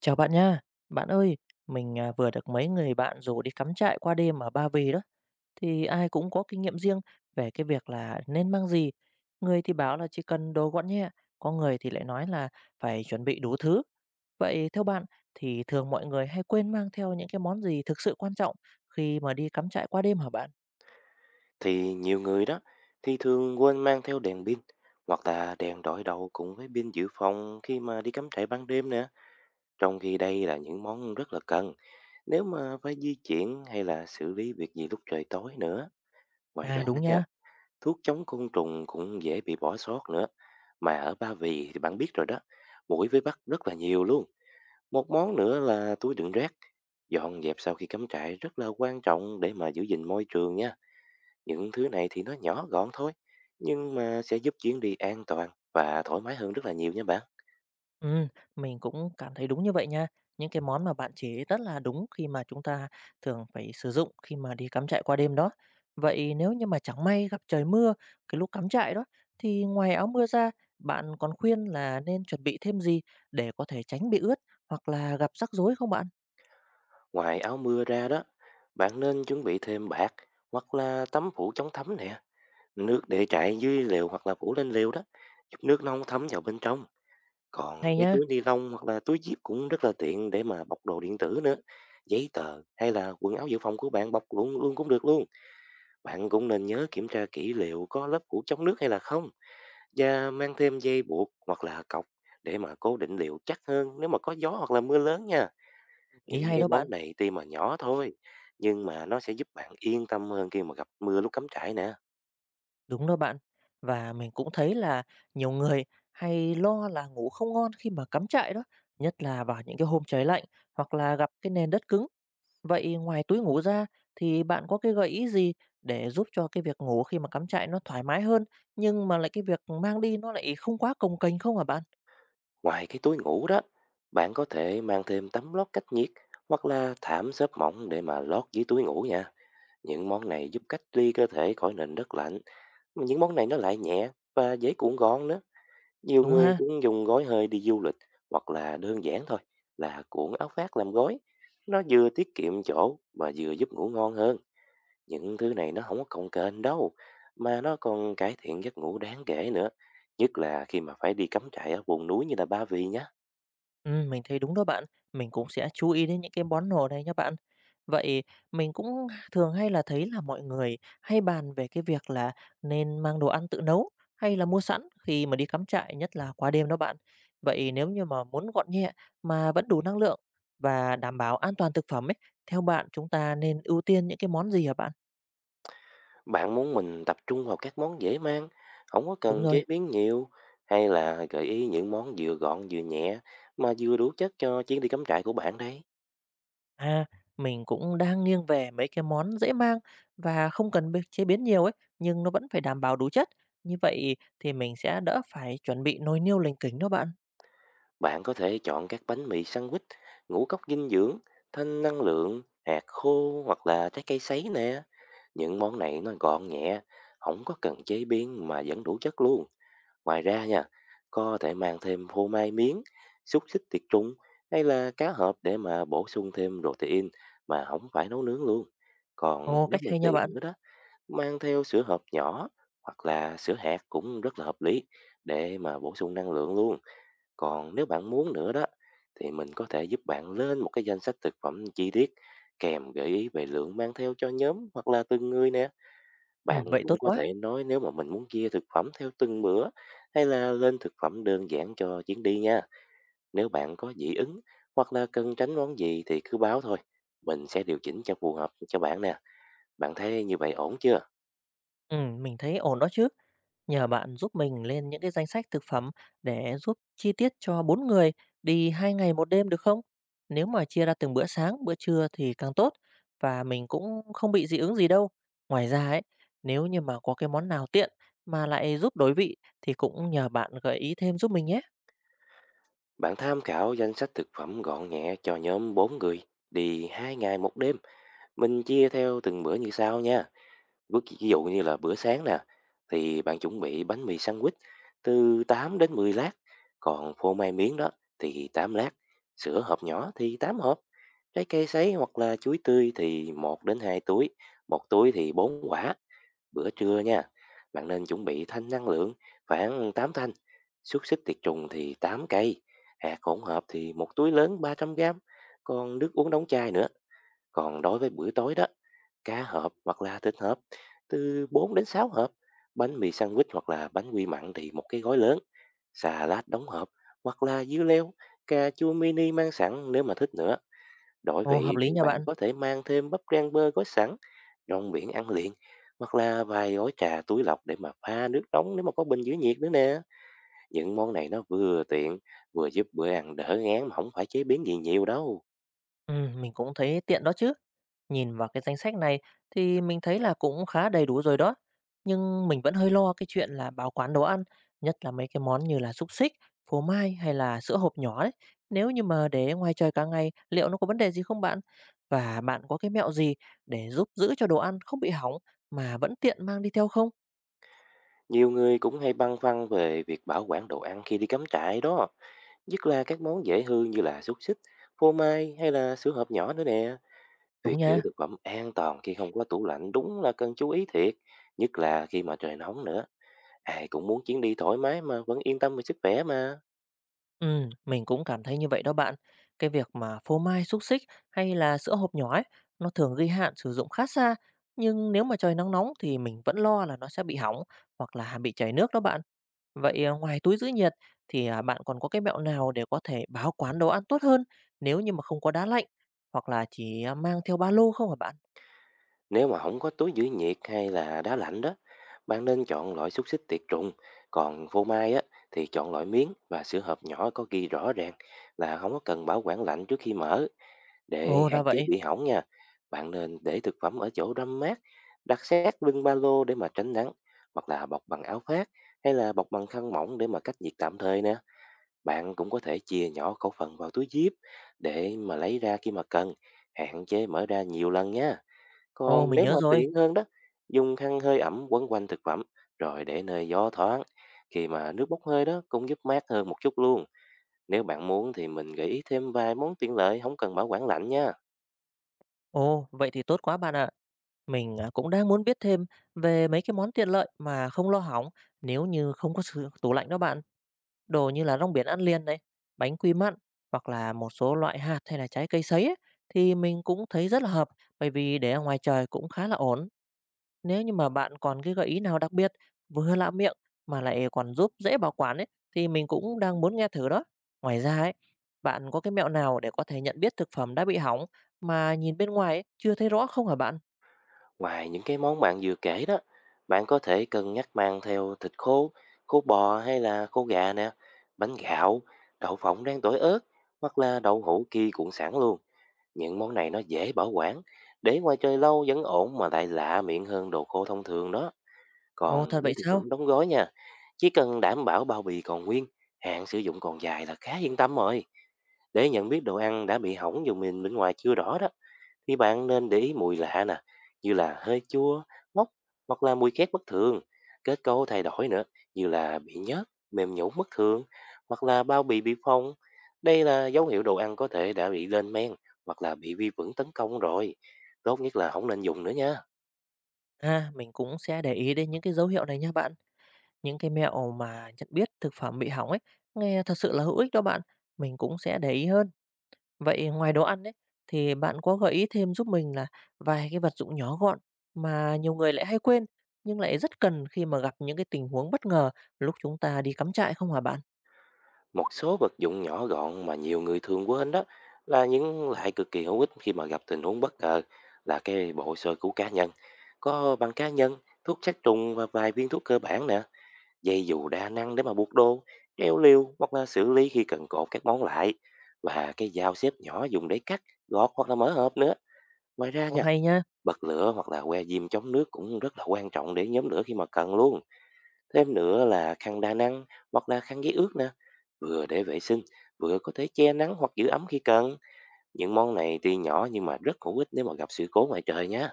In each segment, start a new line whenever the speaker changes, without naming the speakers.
Chào bạn nha. Bạn ơi, vừa được mấy người bạn rủ đi cắm trại qua đêm ở Ba Vì đó. Thì ai cũng có kinh nghiệm riêng về cái việc là nên mang gì. Người thì bảo là chỉ cần đồ gọn nhẹ, có người thì lại nói là phải chuẩn bị đủ thứ. Vậy theo bạn thì thường mọi người hay quên mang theo những cái món gì thực sự quan trọng khi mà đi cắm trại qua đêm hả bạn?
Thì nhiều người đó thì thường quên mang theo đèn pin hoặc là đèn đổi đầu cùng với pin dự phòng khi mà đi cắm trại ban đêm nữa. Trong khi đây là những món rất là cần nếu mà phải di chuyển hay là xử lý việc gì lúc trời tối nữa. Ngoài
À
ra
đúng
nha,
nha.
thuốc chống côn trùng cũng dễ bị bỏ sót nữa. Mà ở Ba Vì thì bạn biết rồi đó, muỗi với bắt rất là nhiều luôn. Một món nữa là túi đựng rác. Dọn dẹp sau khi cắm trại rất là quan trọng để mà giữ gìn môi trường nha. Những thứ này thì nó nhỏ gọn thôi, nhưng mà sẽ giúp chuyến đi an toàn và thoải mái hơn rất là nhiều nha bạn.
Ừm, mình cũng cảm thấy đúng như vậy nha. Những cái món mà bạn chỉ rất là đúng khi mà chúng ta thường phải sử dụng khi mà đi cắm trại qua đêm đó. Vậy nếu như mà chẳng may gặp trời mưa cái lúc cắm trại đó, thì ngoài áo mưa ra, bạn còn khuyên là nên chuẩn bị thêm gì để có thể tránh bị ướt hoặc là gặp rắc rối không bạn?
Ngoài áo mưa ra đó, bạn nên chuẩn bị thêm bạt hoặc là tấm phủ chống thấm nè, nước để trại dưới lều hoặc là phủ lên lều đó, giúp nước nó không thấm vào bên trong. Còn
Hay
cái
nhá,
túi ni lông hoặc là túi zip cũng rất là tiện để mà bọc đồ điện tử nữa. Giấy tờ hay là quần áo dự phòng của bạn bọc luôn luôn cũng được luôn. Bạn cũng nên nhớ kiểm tra kỹ liệu có lớp phủ chống nước hay là không. Và mang thêm dây buộc hoặc là cọc để mà cố định liệu chắc hơn nếu mà có gió hoặc là mưa lớn nha.
ý
Những
hay
cái
đó
món
bạn.
này tuy mà nhỏ thôi, nhưng mà nó sẽ giúp bạn yên tâm hơn khi mà gặp mưa lúc cắm trại nè.
Đúng đó bạn. Và mình cũng thấy là nhiều người hay lo là ngủ không ngon khi mà cắm trại đó, nhất là vào những cái hôm trời lạnh hoặc là gặp cái nền đất cứng. Vậy ngoài túi ngủ ra thì bạn có cái gợi ý gì để giúp cho cái việc ngủ khi mà cắm trại nó thoải mái hơn, nhưng mà lại cái việc mang đi nó lại không quá cồng kềnh không hả bạn?
Ngoài cái túi ngủ đó, bạn có thể mang thêm tấm lót cách nhiệt hoặc là thảm xốp mỏng để mà lót dưới túi ngủ nha. Những món này giúp cách ly cơ thể khỏi nền đất lạnh. Mà những món này nó lại nhẹ và dễ cuộn gọn nữa. Nhiều
Đúng
người
ha?
cũng dùng gói hơi đi du lịch hoặc là đơn giản thôi là cuộn áo khoác làm gối. Nó vừa tiết kiệm chỗ mà vừa giúp ngủ ngon hơn. Những thứ này nó không có cồng kềnh đâu mà nó còn cải thiện giấc ngủ đáng kể nữa. Nhất là khi mà phải đi cắm trại ở vùng núi như là Ba Vì nhé.
Mình thấy đúng đó bạn. Mình cũng sẽ chú ý đến những cái món đồ này nha bạn. Vậy mình cũng thường hay là thấy là mọi người hay bàn về cái việc là nên mang đồ ăn tự nấu hay là mua sẵn khi mà đi cắm trại, nhất là qua đêm đó bạn. Vậy nếu như mà muốn gọn nhẹ mà vẫn đủ năng lượng và đảm bảo an toàn thực phẩm ấy, theo bạn chúng ta nên ưu tiên những cái món gì hả bạn?
Bạn muốn mình tập trung vào các món dễ mang, không có
Đúng
cần
rồi.
chế biến nhiều, hay là gợi ý những món vừa gọn vừa nhẹ mà vừa đủ chất cho chuyến đi cắm trại của bạn đây.
À, mình cũng đang nghiêng về mấy cái món dễ mang và không cần b chế biến nhiều ấy, nhưng nó vẫn phải đảm bảo đủ chất. Như vậy thì mình sẽ đỡ phải chuẩn bị nồi niêu lình kình đó bạn.
Bạn có thể chọn các bánh mì sandwich, ngũ cốc dinh dưỡng, thanh năng lượng, hạt khô hoặc là trái cây sấy nè. Những món này nó gọn nhẹ, không có cần chế biến mà vẫn đủ chất luôn. Ngoài ra nha, có thể mang thêm phô mai miếng, xúc xích tiệt trùng hay là cá hộp để mà bổ sung thêm protein mà không phải nấu nướng luôn. Còn
Ồ,
nếu
cách
mà
hay nha bạn.
tiện nữa đó, mang theo sữa hộp nhỏ hoặc là sữa hạt cũng rất là hợp lý để mà bổ sung năng lượng luôn. Còn nếu bạn muốn nữa đó, thì mình có thể giúp bạn lên một cái danh sách thực phẩm chi tiết kèm gợi ý về lượng mang theo cho nhóm hoặc là từng người nè. Bạn
Vậy tốt
cũng có
quá.
thể nói nếu mà mình muốn chia thực phẩm theo từng bữa, hay là lên thực phẩm đơn giản cho chuyến đi nha. Nếu bạn có dị ứng hoặc là cần tránh món gì thì cứ báo thôi. Mình sẽ điều chỉnh cho phù hợp cho bạn nè. Bạn thấy như vậy ổn chưa?
Mình thấy ổn đó chứ. Nhờ bạn giúp mình lên những cái danh sách thực phẩm để giúp chi tiết cho 4 người đi 2 ngày một đêm được không? Nếu mà chia ra từng bữa sáng, bữa trưa thì càng tốt và mình cũng không bị dị ứng gì đâu. Ngoài ra ấy, nếu như mà có cái món nào tiện mà lại giúp đổi vị thì cũng nhờ bạn gợi ý thêm giúp mình nhé.
Bạn tham khảo danh sách thực phẩm gọn nhẹ cho nhóm 4 người đi 2 ngày 1 đêm. Mình chia theo từng bữa như sau nha. Ví ví dụ như là bữa sáng nè, thì bạn chuẩn bị bánh mì sandwich từ 8 đến 10 lát, còn phô mai miếng đó thì 8 lát, sữa hộp nhỏ thì 8 hộp, trái cây sấy hoặc là chuối tươi thì một đến 2 túi, một túi thì 4 quả. Bữa trưa nha, bạn nên chuẩn bị thanh năng lượng khoảng 8 thanh, xúc xích tiệt trùng thì 8 cây, hạt hỗn hợp thì một túi lớn 300 gram, còn nước uống đóng chai nữa. Còn đối với bữa tối đó, cá hộp hoặc là thịt hộp từ 4 đến 6 hộp, bánh mì sandwich hoặc là bánh quy mặn thì một cái gói lớn, xà lát đóng hộp hoặc là dưa leo, cà chua mini mang sẵn nếu mà thích nữa. Đổi
Ồ, hợp
vị
lý
thì
nha
bạn
bạn.
có thể mang thêm bắp rang bơ gói sẵn, rong biển ăn liền hoặc là vài gói trà túi lọc để mà pha nước nóng nếu mà có bình giữ nhiệt nữa nè. Những món này nó vừa tiện, vừa giúp bữa ăn đỡ ngán mà không phải chế biến gì nhiều đâu.
Mình cũng thấy tiện đó chứ. Nhìn vào cái danh sách này thì mình thấy là cũng khá đầy đủ rồi đó. Nhưng mình vẫn hơi lo cái chuyện là bảo quản đồ ăn, nhất là mấy cái món như là xúc xích, phô mai hay là sữa hộp nhỏ ấy. Nếu như mà để ngoài trời cả ngày, liệu nó có vấn đề gì không bạn? Và bạn có cái mẹo gì để giúp giữ cho đồ ăn không bị hỏng mà vẫn tiện mang đi theo không?
Nhiều người cũng hay băn khoăn về việc bảo quản đồ ăn khi đi cắm trại đó. Nhất là các món dễ hư như là xúc xích, phô mai hay là sữa hộp nhỏ nữa nè.
Đúng
Việc giữ
nha.
thực phẩm an toàn khi không có tủ lạnh đúng là cần chú ý thiệt. Nhất là khi mà trời nóng nữa. Ai cũng muốn chuyến đi thoải mái mà vẫn yên tâm về sức khỏe mà.
Mình cũng cảm thấy như vậy đó bạn. Cái việc mà phô mai, xúc xích hay là sữa hộp nhỏ ấy, nó thường ghi hạn sử dụng khá xa, nhưng nếu mà trời nắng nóng thì mình vẫn lo là nó sẽ bị hỏng hoặc là bị chảy nước đó bạn. Ngoài túi giữ nhiệt thì bạn còn có cái mẹo nào để có thể bảo quản đồ ăn tốt hơn nếu như mà không có đá lạnh hoặc là chỉ mang theo ba lô không hả bạn?
Nếu mà không có túi giữ nhiệt hay là đá lạnh đó, bạn nên chọn loại xúc xích tiệt trùng. Còn phô mai á, thì chọn loại miếng và sữa hộp nhỏ có ghi rõ ràng là không có cần bảo quản lạnh trước khi mở. Để
Ồ
hạn
ra
chế
vậy.
bị hỏng nha, bạn nên để thực phẩm ở chỗ râm mát, đặt sát lưng ba lô để mà tránh nắng, hoặc là bọc bằng áo khoác hay là bọc bằng khăn mỏng để mà cách nhiệt tạm thời nè. Bạn cũng có thể chia nhỏ khẩu phần vào túi zip để mà lấy ra khi mà cần, hạn chế mở ra nhiều lần nha.
Ồ
Còn
mình
nếu
nhớ
mà
rồi.
tiện hơn đó, dùng khăn hơi ẩm quấn quanh thực phẩm rồi để nơi gió thoáng. Khi mà nước bốc hơi đó cũng giúp mát hơn một chút luôn. Nếu bạn muốn thì mình gợi ý thêm vài món tiện lợi không cần bảo quản lạnh nha.
Ồ vậy thì tốt quá bạn ạ. Mình cũng đang muốn biết thêm về mấy cái món tiện lợi mà không lo hỏng nếu như không có sử tủ lạnh đó bạn. Đồ như là rong biển ăn liền này, bánh quy mặn hoặc là một số loại hạt hay là trái cây sấy ấy, thì mình cũng thấy rất là hợp, bởi vì để ở ngoài trời cũng khá là ổn. Nếu như mà bạn còn cái gợi ý nào đặc biệt, vừa lạ miệng mà lại còn giúp dễ bảo quản ấy, thì mình cũng đang muốn nghe thử đó. Ngoài ra ấy, bạn có cái mẹo nào để có thể nhận biết thực phẩm đã bị hỏng mà nhìn bên ngoài ấy, chưa thấy rõ không hả bạn?
Ngoài những cái món bạn vừa kể đó, bạn có thể cân nhắc mang theo thịt khô, khô bò hay là khô gà nè, bánh gạo, đậu phộng rang tỏi ớt hoặc là đậu hũ ki cuộn sẵn luôn. Những món này nó dễ bảo quản, để ngoài trời lâu vẫn ổn mà lại lạ miệng hơn đồ khô thông thường đó.
Ồ,
Còn
thật
với
vậy
thực
sao?
phẩm đóng gói nha, chỉ cần đảm bảo bao bì còn nguyên, hạn sử dụng còn dài là khá yên tâm rồi. Để nhận biết đồ ăn đã bị hỏng dù mình bên ngoài chưa rõ đó, thì bạn nên để ý mùi lạ nè, như là hơi chua, ngốc hoặc là mùi khét bất thường, kết cấu thay đổi nữa, như là bị nhớt, mềm nhũn bất thường hoặc là bao bì bị phồng. Đây là dấu hiệu đồ ăn có thể đã bị lên men hoặc là bị vi khuẩn tấn công rồi. Tốt nhất là không nên dùng nữa nha.
À, mình cũng sẽ để ý đến những cái dấu hiệu này nha bạn. Những cái mẹo mà nhận biết thực phẩm bị hỏng ấy, nghe thật sự là hữu ích đó bạn. Mình cũng sẽ để ý hơn. Vậy ngoài đồ ăn ấy, thì bạn có gợi ý thêm giúp mình là vài cái vật dụng nhỏ gọn mà nhiều người lại hay quên, nhưng lại rất cần khi mà gặp những cái tình huống bất ngờ lúc chúng ta đi cắm trại không hả bạn?
Một số vật dụng nhỏ gọn mà nhiều người thường quên đó là những loại cực kỳ hữu ích khi mà gặp tình huống bất ngờ là cái bộ sơ cứu cá nhân. Có băng cá nhân, thuốc sát trùng và vài viên thuốc cơ bản nè. Dây dù đa năng để mà buộc đồ, kéo liêu hoặc là xử lý khi cần cột các món lại, và cái dao xếp nhỏ dùng để cắt, gọt hoặc là mở hộp nữa. Ngoài ra
Ồ,
nha,
hay nha.
bật lửa hoặc là que diêm chống nước cũng rất là quan trọng để nhóm lửa khi mà cần luôn. Thêm nữa là khăn đa năng hoặc là khăn giấy ướt nè, vừa để vệ sinh, vừa có thể che nắng hoặc giữ ấm khi cần. Những món này tuy nhỏ nhưng mà rất hữu ích nếu mà gặp sự cố ngoài trời nhé.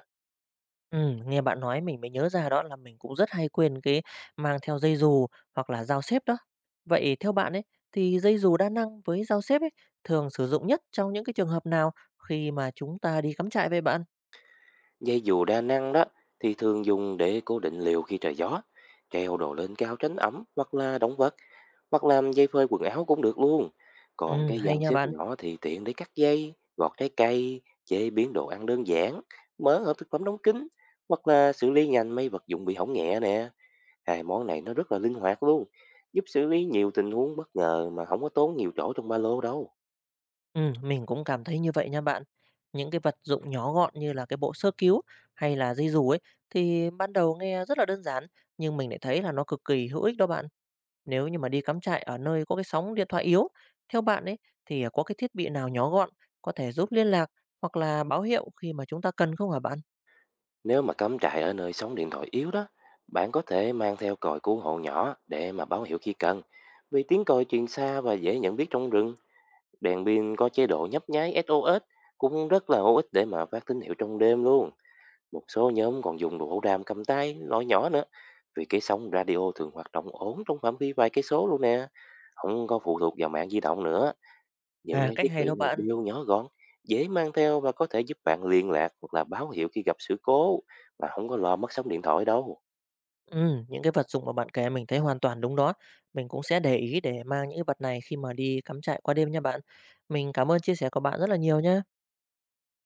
Nghe bạn nói mình mới nhớ ra đó là mình cũng rất hay quên cái mang theo dây dù hoặc là dao xếp đó. Vậy theo bạn ấy thì dây dù đa năng với dao xếp ấy thường sử dụng nhất trong những cái trường hợp nào khi mà chúng ta đi cắm trại vậy bạn?
Dây dù đa năng đó thì thường dùng để cố định liều khi trời gió, treo đồ lên cao tránh ẩm hoặc là đóng vật, hoặc làm dây phơi quần áo cũng được luôn. Còn cái
Hay
dao
nha
xếp
bạn.
nhỏ thì tiện để cắt dây, gọt trái cây, chế biến đồ ăn đơn giản, mở hộp thực phẩm đóng kín hoặc là xử lý nhanh mấy vật dụng bị hỏng nhẹ nè. Hai món này nó rất là linh hoạt luôn, giúp xử lý nhiều tình huống bất ngờ mà không có tốn nhiều chỗ trong ba lô đâu.
Mình cũng cảm thấy như vậy nha bạn. Những cái vật dụng nhỏ gọn như là cái bộ sơ cứu hay là dây dù ấy thì ban đầu nghe rất là đơn giản nhưng mình lại thấy là nó cực kỳ hữu ích đó bạn. Nếu như mà đi cắm trại ở nơi có cái sóng điện thoại yếu, theo bạn ấy thì có cái thiết bị nào nhỏ gọn có thể giúp liên lạc hoặc là báo hiệu khi mà chúng ta cần không hả bạn?
Nếu mà cắm trại ở nơi sóng điện thoại yếu đó, bạn có thể mang theo còi cứu hộ nhỏ để mà báo hiệu khi cần. Vì tiếng còi truyền xa và dễ nhận biết trong rừng, đèn pin có chế độ nhấp nháy SOS cũng rất là hữu ích để mà phát tín hiệu trong đêm luôn. Một số nhóm còn dùng đồ hộ đàm cầm tay, loại nhỏ nữa. Vì cái sóng radio thường hoạt động ổn trong phạm vi vài cây số luôn nè, không có phụ thuộc vào mạng di động nữa. Những
À,
cái
cách
thiết
hay
bị
đó
này
bạn.
đều nhỏ gọn, dễ mang theo và có thể giúp bạn liên lạc hoặc là báo hiệu khi gặp sự cố mà không có lo mất sóng điện thoại đâu.
Ừ, những cái vật dụng mà bạn kể mình thấy hoàn toàn đúng đó. Mình cũng sẽ để ý để mang những cái vật này khi mà đi cắm trại qua đêm nha bạn. Mình cảm ơn chia sẻ của bạn rất là nhiều nhé.